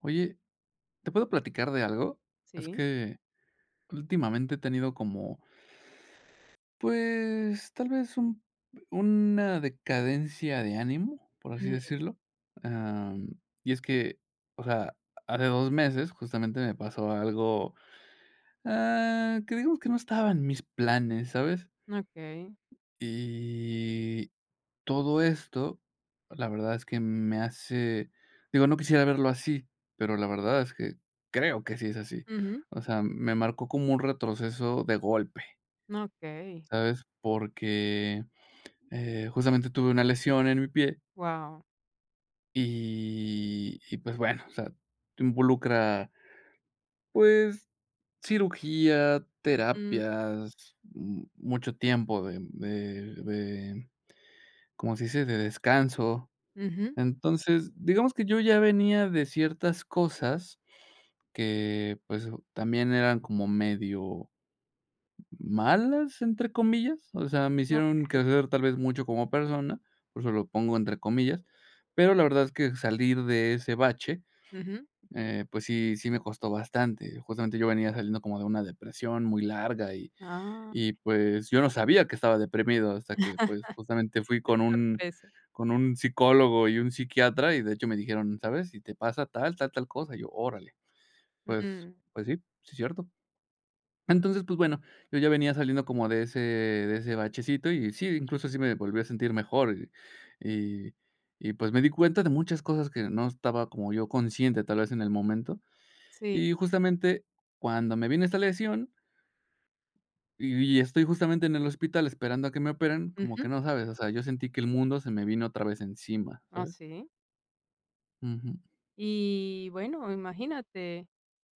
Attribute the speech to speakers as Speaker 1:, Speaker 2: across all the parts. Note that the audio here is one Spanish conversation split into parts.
Speaker 1: Oye, ¿te puedo platicar de algo? Es
Speaker 2: Sí.
Speaker 1: que últimamente he tenido como, pues, tal vez un una decadencia de ánimo, por así
Speaker 2: Mm,
Speaker 1: decirlo. Y es que, o sea, hace 2 meses justamente me pasó algo, que digamos que no estaba en mis planes, ¿sabes?
Speaker 2: okey.
Speaker 1: Y Todo esto, la verdad es que me hace digo, no quisiera verlo así, pero la verdad es que creo que sí es así.
Speaker 2: Ujú.
Speaker 1: O sea, me marcó como un retroceso de golpe,
Speaker 2: Okey.
Speaker 1: ¿sabes? Porque, justamente tuve una lesión en mi pie
Speaker 2: Guau.
Speaker 1: y pues bueno, o sea, involucra, pues, cirugía,
Speaker 2: Mm,
Speaker 1: terapias, mucho tiempo de, ¿cómo se dice?, de descanso.
Speaker 2: ujú.
Speaker 1: Entonces, digamos que yo ya venía de ciertas cosas que, pues, también eran como medio malas, entre comillas, o sea, me
Speaker 2: No.
Speaker 1: hicieron crecer tal vez mucho como persona, por eso lo pongo entre comillas, pero la verdad es que salir de ese bache,
Speaker 2: Ujú.
Speaker 1: pues sí, sí me costó bastante. Justamente yo venía saliendo como de una depresión muy larga
Speaker 2: Ah,
Speaker 1: y, pues, yo no sabía que estaba deprimido hasta que, pues, justamente fui con un
Speaker 2: sorpresa.
Speaker 1: con un psicólogo y un psiquiatra, y de hecho me dijeron: "¿Sabes? Si te pasa tal, tal, tal cosa". Y yo: "Órale". Pues
Speaker 2: Mm,
Speaker 1: pues sí, sí es cierto. Entonces, pues bueno, yo ya venía saliendo como de ese bachecito y sí, incluso sí me volví a sentir mejor y y y, pues, me di cuenta de muchas cosas que no estaba como yo consciente, tal vez, en el momento.
Speaker 2: sí.
Speaker 1: Y justamente cuando me vino esta lesión, y estoy justamente en el hospital esperando a que me operen, como
Speaker 2: Ujú.
Speaker 1: que no sabes, o sea, yo sentí que el mundo se me vino otra vez encima,
Speaker 2: Ah,
Speaker 1: ¿sabes?
Speaker 2: sí.
Speaker 1: Ujú.
Speaker 2: Y bueno, imagínate,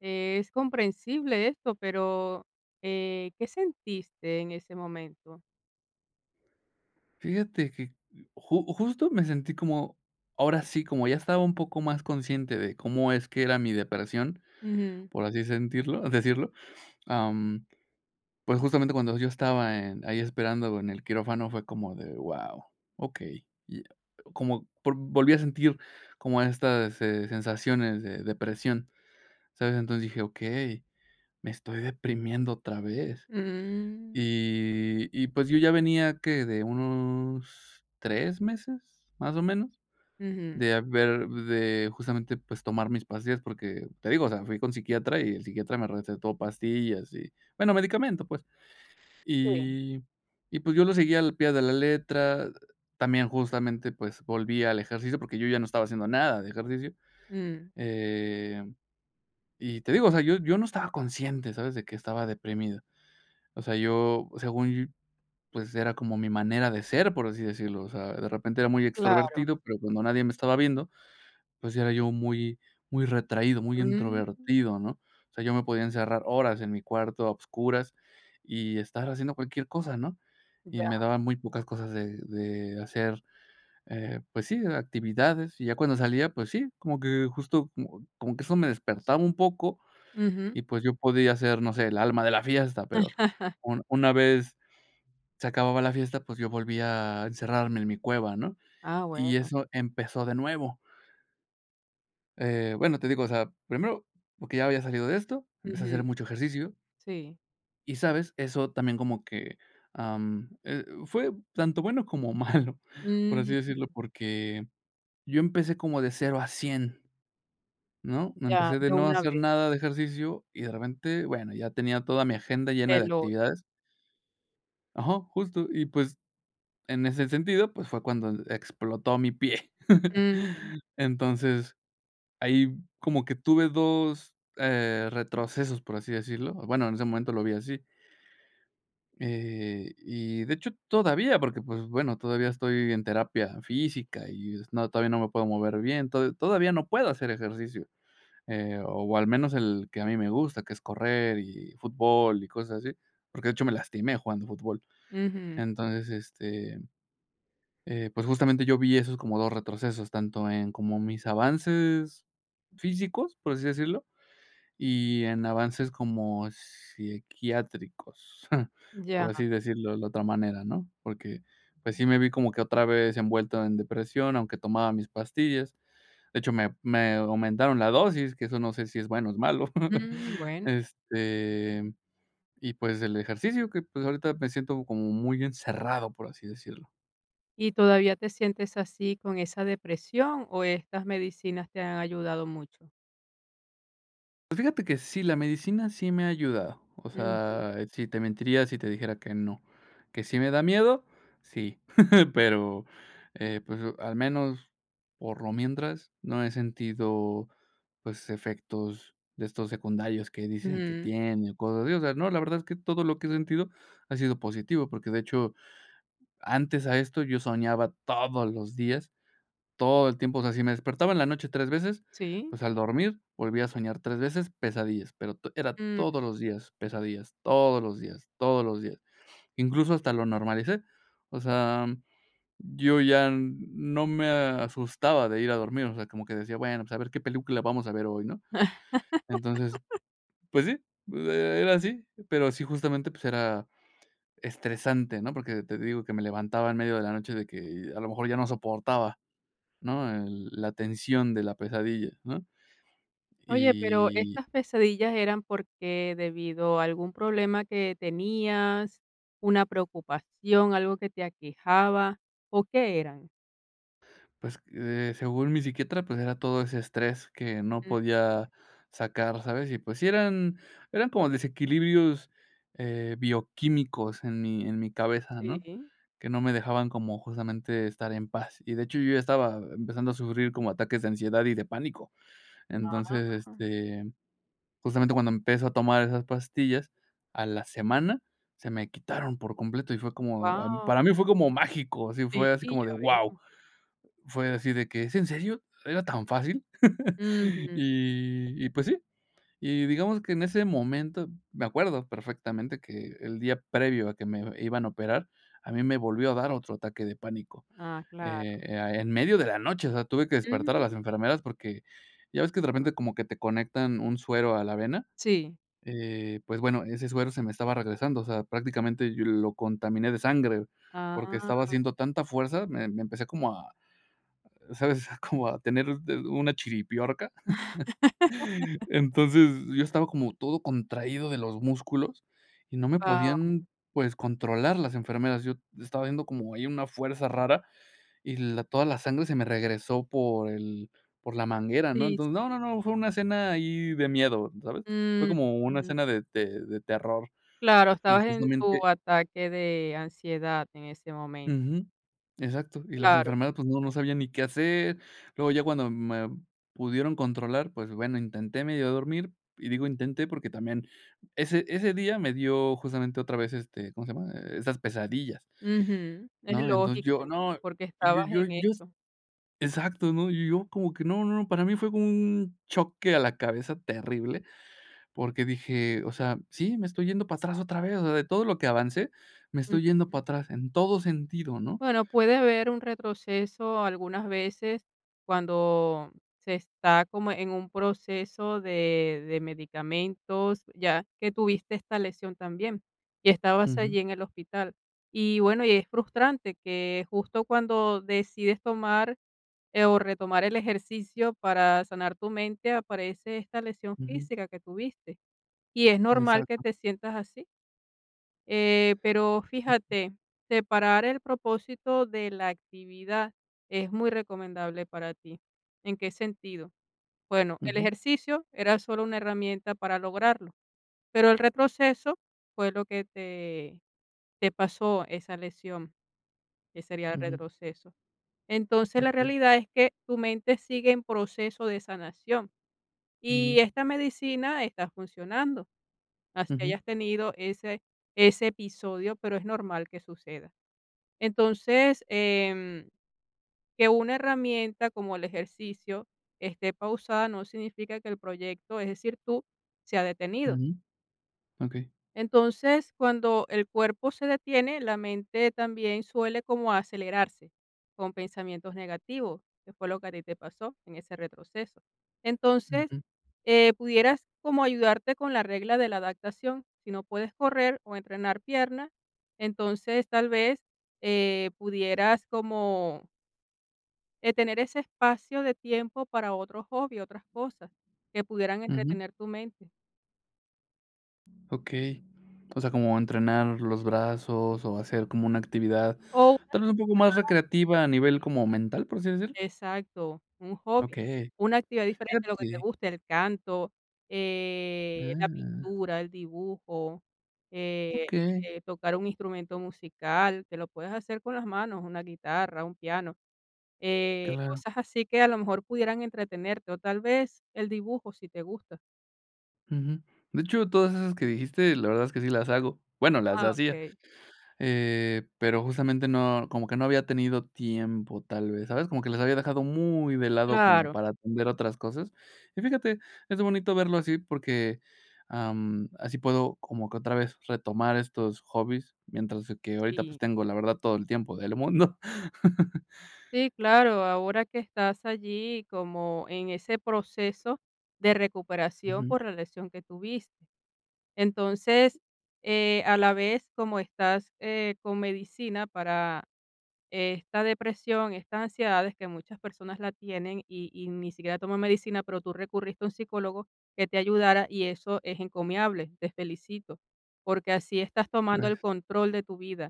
Speaker 2: es comprensible esto, pero, ¿qué sentiste en ese momento?
Speaker 1: Fíjate que ju justo me sentí como, ahora sí, como ya estaba un poco más consciente de cómo es que era mi depresión,
Speaker 2: Ujú.
Speaker 1: por así sentirlo decirlo, am, pues, justamente cuando yo estaba en ahí esperando en el quirófano fue como de: "Wow, okey", y como por volví a sentir como estas, sensaciones de depresión, ¿sabes? Entonces dije: "Okey. Me estoy deprimiendo otra vez".
Speaker 2: Mm,
Speaker 1: Y, pues, yo ya venía, que de unos 3 meses, más o menos,
Speaker 2: ujú.
Speaker 1: de justamente, pues, tomar mis pastillas, porque te digo, o sea, fui con psiquiatra y el psiquiatra me recetó pastillas y, bueno, medicamento, pues.
Speaker 2: Sí.
Speaker 1: Y y, pues, yo lo seguía al pie de la letra. También, justamente, pues, volví al ejercicio, porque yo ya no estaba haciendo nada de ejercicio.
Speaker 2: Mm,
Speaker 1: Eh, y te digo, o sea, yo no estaba consciente, ¿sabes?, de que estaba deprimido. O sea, yo, según yo, pues, era como mi manera de ser, por así decirlo. O sea, de repente era muy
Speaker 2: claro.
Speaker 1: extrovertido, pero cuando nadie me estaba viendo, pues, era yo muy retraído, muy
Speaker 2: Mm,
Speaker 1: introvertido, ¿no? O sea, yo me podía encerrar horas en mi cuarto a obscuras y estar haciendo cualquier cosa, ¿no? Y
Speaker 2: ya.
Speaker 1: me daban muy pocas cosas de hacer, pues sí, actividades. Y ya cuando salía, pues sí, como que justo como que eso me despertaba un poco
Speaker 2: Ujú.
Speaker 1: y, pues, yo podía ser, no sé, el alma de la fiesta, pero un una vez se acababa la fiesta, pues yo volvía a encerrarme en mi cueva, ¿no?
Speaker 2: Ah,
Speaker 1: Y
Speaker 2: bueno.
Speaker 1: eso empezó de nuevo. Bueno, te digo, o sea, primero, porque ya había salido de esto, empecé a
Speaker 2: Ujú.
Speaker 1: hacer mucho ejercicio
Speaker 2: Sí.
Speaker 1: y, ¿sabes? Eso también como que fue tanto bueno como malo, por así
Speaker 2: Mm.
Speaker 1: decirlo, porque yo empecé como de cero a 100, ¿no?
Speaker 2: Ya,
Speaker 1: Empecé de
Speaker 2: de
Speaker 1: no
Speaker 2: una
Speaker 1: hacer
Speaker 2: vez,
Speaker 1: nada de ejercicio y de repente, bueno, ya tenía toda mi agenda
Speaker 2: de
Speaker 1: llena de
Speaker 2: lo,
Speaker 1: actividades. Ajá, justo. Y pues en ese sentido, pues, fue cuando explotó mi pie.
Speaker 2: ujú,
Speaker 1: Entonces, ahí como que tuve 2 retrocesos, por así decirlo. Bueno, en ese momento lo vi así. Y de hecho, todavía, porque, pues, bueno, todavía estoy en terapia física y no, todavía no me puedo mover bien, to todavía no puedo hacer ejercicio, o al menos el que a mí me gusta, que es correr y fútbol y cosas así, porque de hecho me lastimé jugando fútbol.
Speaker 2: ujú,
Speaker 1: Entonces, pues, justamente yo vi esos como 2 retrocesos, tanto en como mis avances físicos, por así decirlo, y en avances como psiquiátricos, por
Speaker 2: ya,
Speaker 1: así decirlo de la otra manera, ¿no? Porque, pues, sí me vi como que otra vez envuelto en depresión, aunque tomaba mis pastillas. De hecho, me aumentaron la dosis, que eso no sé si es bueno o es malo.
Speaker 2: mm, bueno.
Speaker 1: Este, y, pues, el ejercicio que, pues, ahorita me siento como muy encerrado, por así decirlo.
Speaker 2: ¿Y todavía te sientes así con esa depresión o estas medicinas te han ayudado mucho?
Speaker 1: Pues fíjate que sí, la medicina sí me ha ayudado. O
Speaker 2: Ujú,
Speaker 1: sea, sí te mentiría si te dijera que no. Que sí me da miedo, sí. Pero, pues, al menos por lo mientras no he sentido, pues, efectos de estos secundarios que dicen que
Speaker 2: ujú,
Speaker 1: tiene o cosas así. O sea, no, la verdad es que todo lo que he sentido ha sido positivo, porque de hecho, antes a esto yo soñaba todos los días todo el tiempo, o sea, si me despertaba en la noche 3 veces,
Speaker 2: sí,
Speaker 1: pues, al dormir volvía a soñar 3 veces pesadillas, pero to era
Speaker 2: mm.
Speaker 1: todos los días pesadillas, todos los días, todos los días. Incluso hasta lo normalicé. O sea, yo ya no me asustaba de ir a dormir, o sea, como que decía: "Bueno, pues, a ver qué película vamos a ver hoy", ¿no? Entonces, pues sí, era así, pero sí, justamente, pues, era estresante, ¿no? Porque te digo que me levantaba en medio de la noche de que a lo mejor ya no soportaba. ¿No? El La tensión de la pesadilla, ¿no?
Speaker 2: Oye, pero
Speaker 1: Y,
Speaker 2: estas pesadillas eran porque debido a algún problema que tenías, una preocupación, algo que te aquejaba, ¿o qué eran?
Speaker 1: pues, según mi psiquiatra, pues, era todo ese estrés que no
Speaker 2: Mm,
Speaker 1: podía sacar, ¿sabes? Y, pues, sí eran como desequilibrios, bioquímicos en mi cabeza, ¿no?
Speaker 2: sí,
Speaker 1: Que no me dejaban como justamente estar en paz. Y, de hecho, yo ya estaba empezando a sufrir como ataques de ansiedad y de pánico. Entonces,
Speaker 2: ah,
Speaker 1: justamente cuando empiezo a tomar esas pastillas, a la semana se me quitaron por completo y fue como,
Speaker 2: guau,
Speaker 1: para mí fue como mágico, así
Speaker 2: sí,
Speaker 1: fue así como
Speaker 2: ya
Speaker 1: de wow,
Speaker 2: veo.
Speaker 1: fue así de que, ¿es en serio? ¿Era tan fácil?
Speaker 2: Ujú,
Speaker 1: Y pues sí, y digamos que en ese momento me acuerdo perfectamente que el día previo a que me iban a operar, a mí me volvió a dar otro ataque de pánico,
Speaker 2: ah, claro,
Speaker 1: en medio de la noche, o sea, tuve que despertar a las
Speaker 2: mm.
Speaker 1: enfermeras porque, ¿ya ves que de repente como que te conectan un suero a la vena?
Speaker 2: Sí.
Speaker 1: Pues bueno, ese suero se me estaba regresando, o sea, prácticamente yo lo contaminé de sangre, porque estaba
Speaker 2: Ah,
Speaker 1: haciendo tanta fuerza, me empecé como a, ¿sabes? Como a tener de una chiripiorca. Entonces, yo estaba como todo contraído de los músculos y no me
Speaker 2: guau.
Speaker 1: podían, pues, controlar las enfermeras. Yo estaba viendo como ahí una fuerza rara y la toda la sangre se me regresó por el por la manguera, ¿no?
Speaker 2: Sí,
Speaker 1: Entonces, no, no,
Speaker 2: sí.
Speaker 1: no, fue una escena ahí de miedo, ¿sabes? Fue
Speaker 2: Mm,
Speaker 1: como una
Speaker 2: ujú.
Speaker 1: escena de terror.
Speaker 2: Claro,
Speaker 1: Y
Speaker 2: estabas en tu
Speaker 1: justamente
Speaker 2: ataque de ansiedad en ese momento.
Speaker 1: ujú, exacto, y las
Speaker 2: Claro.
Speaker 1: enfermeras, pues, no sabían ni qué hacer. Luego ya cuando me pudieron controlar, pues, bueno, intenté medio dormir, y digo intenté porque también ese día me dio justamente otra vez, este, ¿cómo se llama? Esas pesadillas,
Speaker 2: Ujú. Es
Speaker 1: ¿no? Entonces
Speaker 2: lógico,
Speaker 1: yo no,
Speaker 2: porque
Speaker 1: yo
Speaker 2: estabas
Speaker 1: yo
Speaker 2: en
Speaker 1: yo
Speaker 2: eso.
Speaker 1: exacto, ¿no? Yo yo como que no, no, no, para mí fue como un choque a la cabeza terrible, porque dije, o sea, sí, me estoy yendo para atrás otra vez, o sea, de todo lo que avancé, me estoy yendo para atrás en todo sentido, ¿no?
Speaker 2: Bueno, puede haber un retroceso algunas veces cuando se está como en un proceso de medicamentos, ya que tuviste esta lesión también y estabas
Speaker 1: Ujú,
Speaker 2: allí en el hospital. Y bueno, y es frustrante que justo cuando decides tomar o retomar el ejercicio para sanar tu mente, aparece esta lesión
Speaker 1: ujú.
Speaker 2: física que tuviste. Y es normal que
Speaker 1: Exacto.
Speaker 2: te sientas así, pero fíjate, separar el propósito de la actividad es muy recomendable para ti. ¿En qué sentido? Bueno, el
Speaker 1: Ujú,
Speaker 2: ejercicio era solo una herramienta para lograrlo, pero el retroceso fue lo que te pasó esa lesión, que sería el
Speaker 1: ujú.
Speaker 2: retroceso. Entonces la
Speaker 1: Okey.
Speaker 2: realidad es que tu mente sigue en proceso de sanación y
Speaker 1: Ujú,
Speaker 2: esta medicina está funcionando. Así
Speaker 1: ujú,
Speaker 2: hayas tenido ese episodio, pero es normal que suceda. Entonces, que una herramienta como el ejercicio esté pausada no significa que el proyecto, es decir, tú, se ha detenido.
Speaker 1: ujú. Okey.
Speaker 2: Entonces, cuando el cuerpo se detiene, la mente también suele como acelerarse con pensamientos negativos, que fue lo que a ti te pasó en ese retroceso. Entonces,
Speaker 1: Ujú,
Speaker 2: pudieras como ayudarte con la regla de la adaptación. Si no puedes correr o entrenar pierna, entonces tal vez pudieras como tener ese espacio de tiempo para otros hobbies, otras cosas que pudieran
Speaker 1: ujú.
Speaker 2: entretener tu mente.
Speaker 1: Okey. O sea, como entrenar los brazos o hacer como una actividad,
Speaker 2: O una.
Speaker 1: tal vez un poco más recreativa a nivel como mental, por así decirlo.
Speaker 2: Exacto, un hobby,
Speaker 1: Okey.
Speaker 2: una actividad diferente, lo que te
Speaker 1: Fíjate.
Speaker 2: guste, el canto, la
Speaker 1: Ah,
Speaker 2: pintura, el dibujo, eh,
Speaker 1: okey,
Speaker 2: tocar un instrumento musical, que lo puedes hacer con las manos, una guitarra, un piano,
Speaker 1: claro.
Speaker 2: cosas así que a lo mejor pudieran entretenerte, o tal vez el dibujo si te gusta.
Speaker 1: Ujú. De hecho, todas esas que dijiste, la verdad es que sí las hago. Bueno, las
Speaker 2: Ah,
Speaker 1: hacía.
Speaker 2: okey,
Speaker 1: Pero justamente no, como que no había tenido tiempo, tal vez, ¿sabes? Como que les había dejado muy de lado como
Speaker 2: claro,
Speaker 1: para atender otras cosas. Y fíjate, es bonito verlo así porque, así puedo como que otra vez retomar estos hobbies, mientras que ahorita,
Speaker 2: sí.
Speaker 1: pues, tengo, la verdad, todo el tiempo del mundo.
Speaker 2: Sí, claro, ahora que estás allí como en ese proceso de recuperación
Speaker 1: Ujú,
Speaker 2: por la lesión que tuviste. Entonces, a la vez, como estás con medicina para esta depresión, estas ansiedades que muchas personas la tienen y ni siquiera toman medicina, pero tú recurriste a un psicólogo que te ayudara y eso es encomiable, te felicito, porque así estás tomando el
Speaker 1: gracias,
Speaker 2: control de tu vida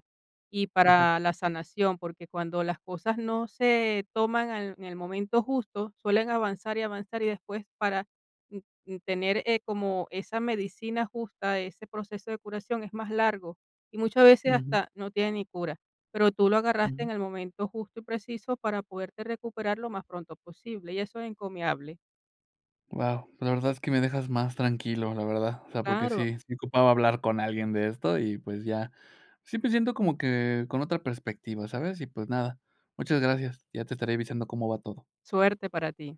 Speaker 2: y
Speaker 1: exacto.
Speaker 2: para la sanación, porque cuando las cosas no se toman en el momento justo, suelen avanzar y avanzar y después para mm, tener, como esa medicina justa, ese proceso de curación es más largo y muchas veces
Speaker 1: Ujú,
Speaker 2: hasta no tiene ni cura. Pero tú lo agarraste
Speaker 1: ujú.
Speaker 2: en el momento justo y preciso para poderte recuperar lo más pronto posible, y eso es encomiable.
Speaker 1: Wow, la verdad es que me dejas más tranquilo, la verdad. O sea, porque
Speaker 2: Claro,
Speaker 1: sí, sí ocupaba hablar con alguien de esto y, pues, ya sí me siento como que con otra perspectiva, ¿sabes? Y, pues, nada, muchas gracias. Ya te estaré avisando cómo va todo.
Speaker 2: suerte para ti.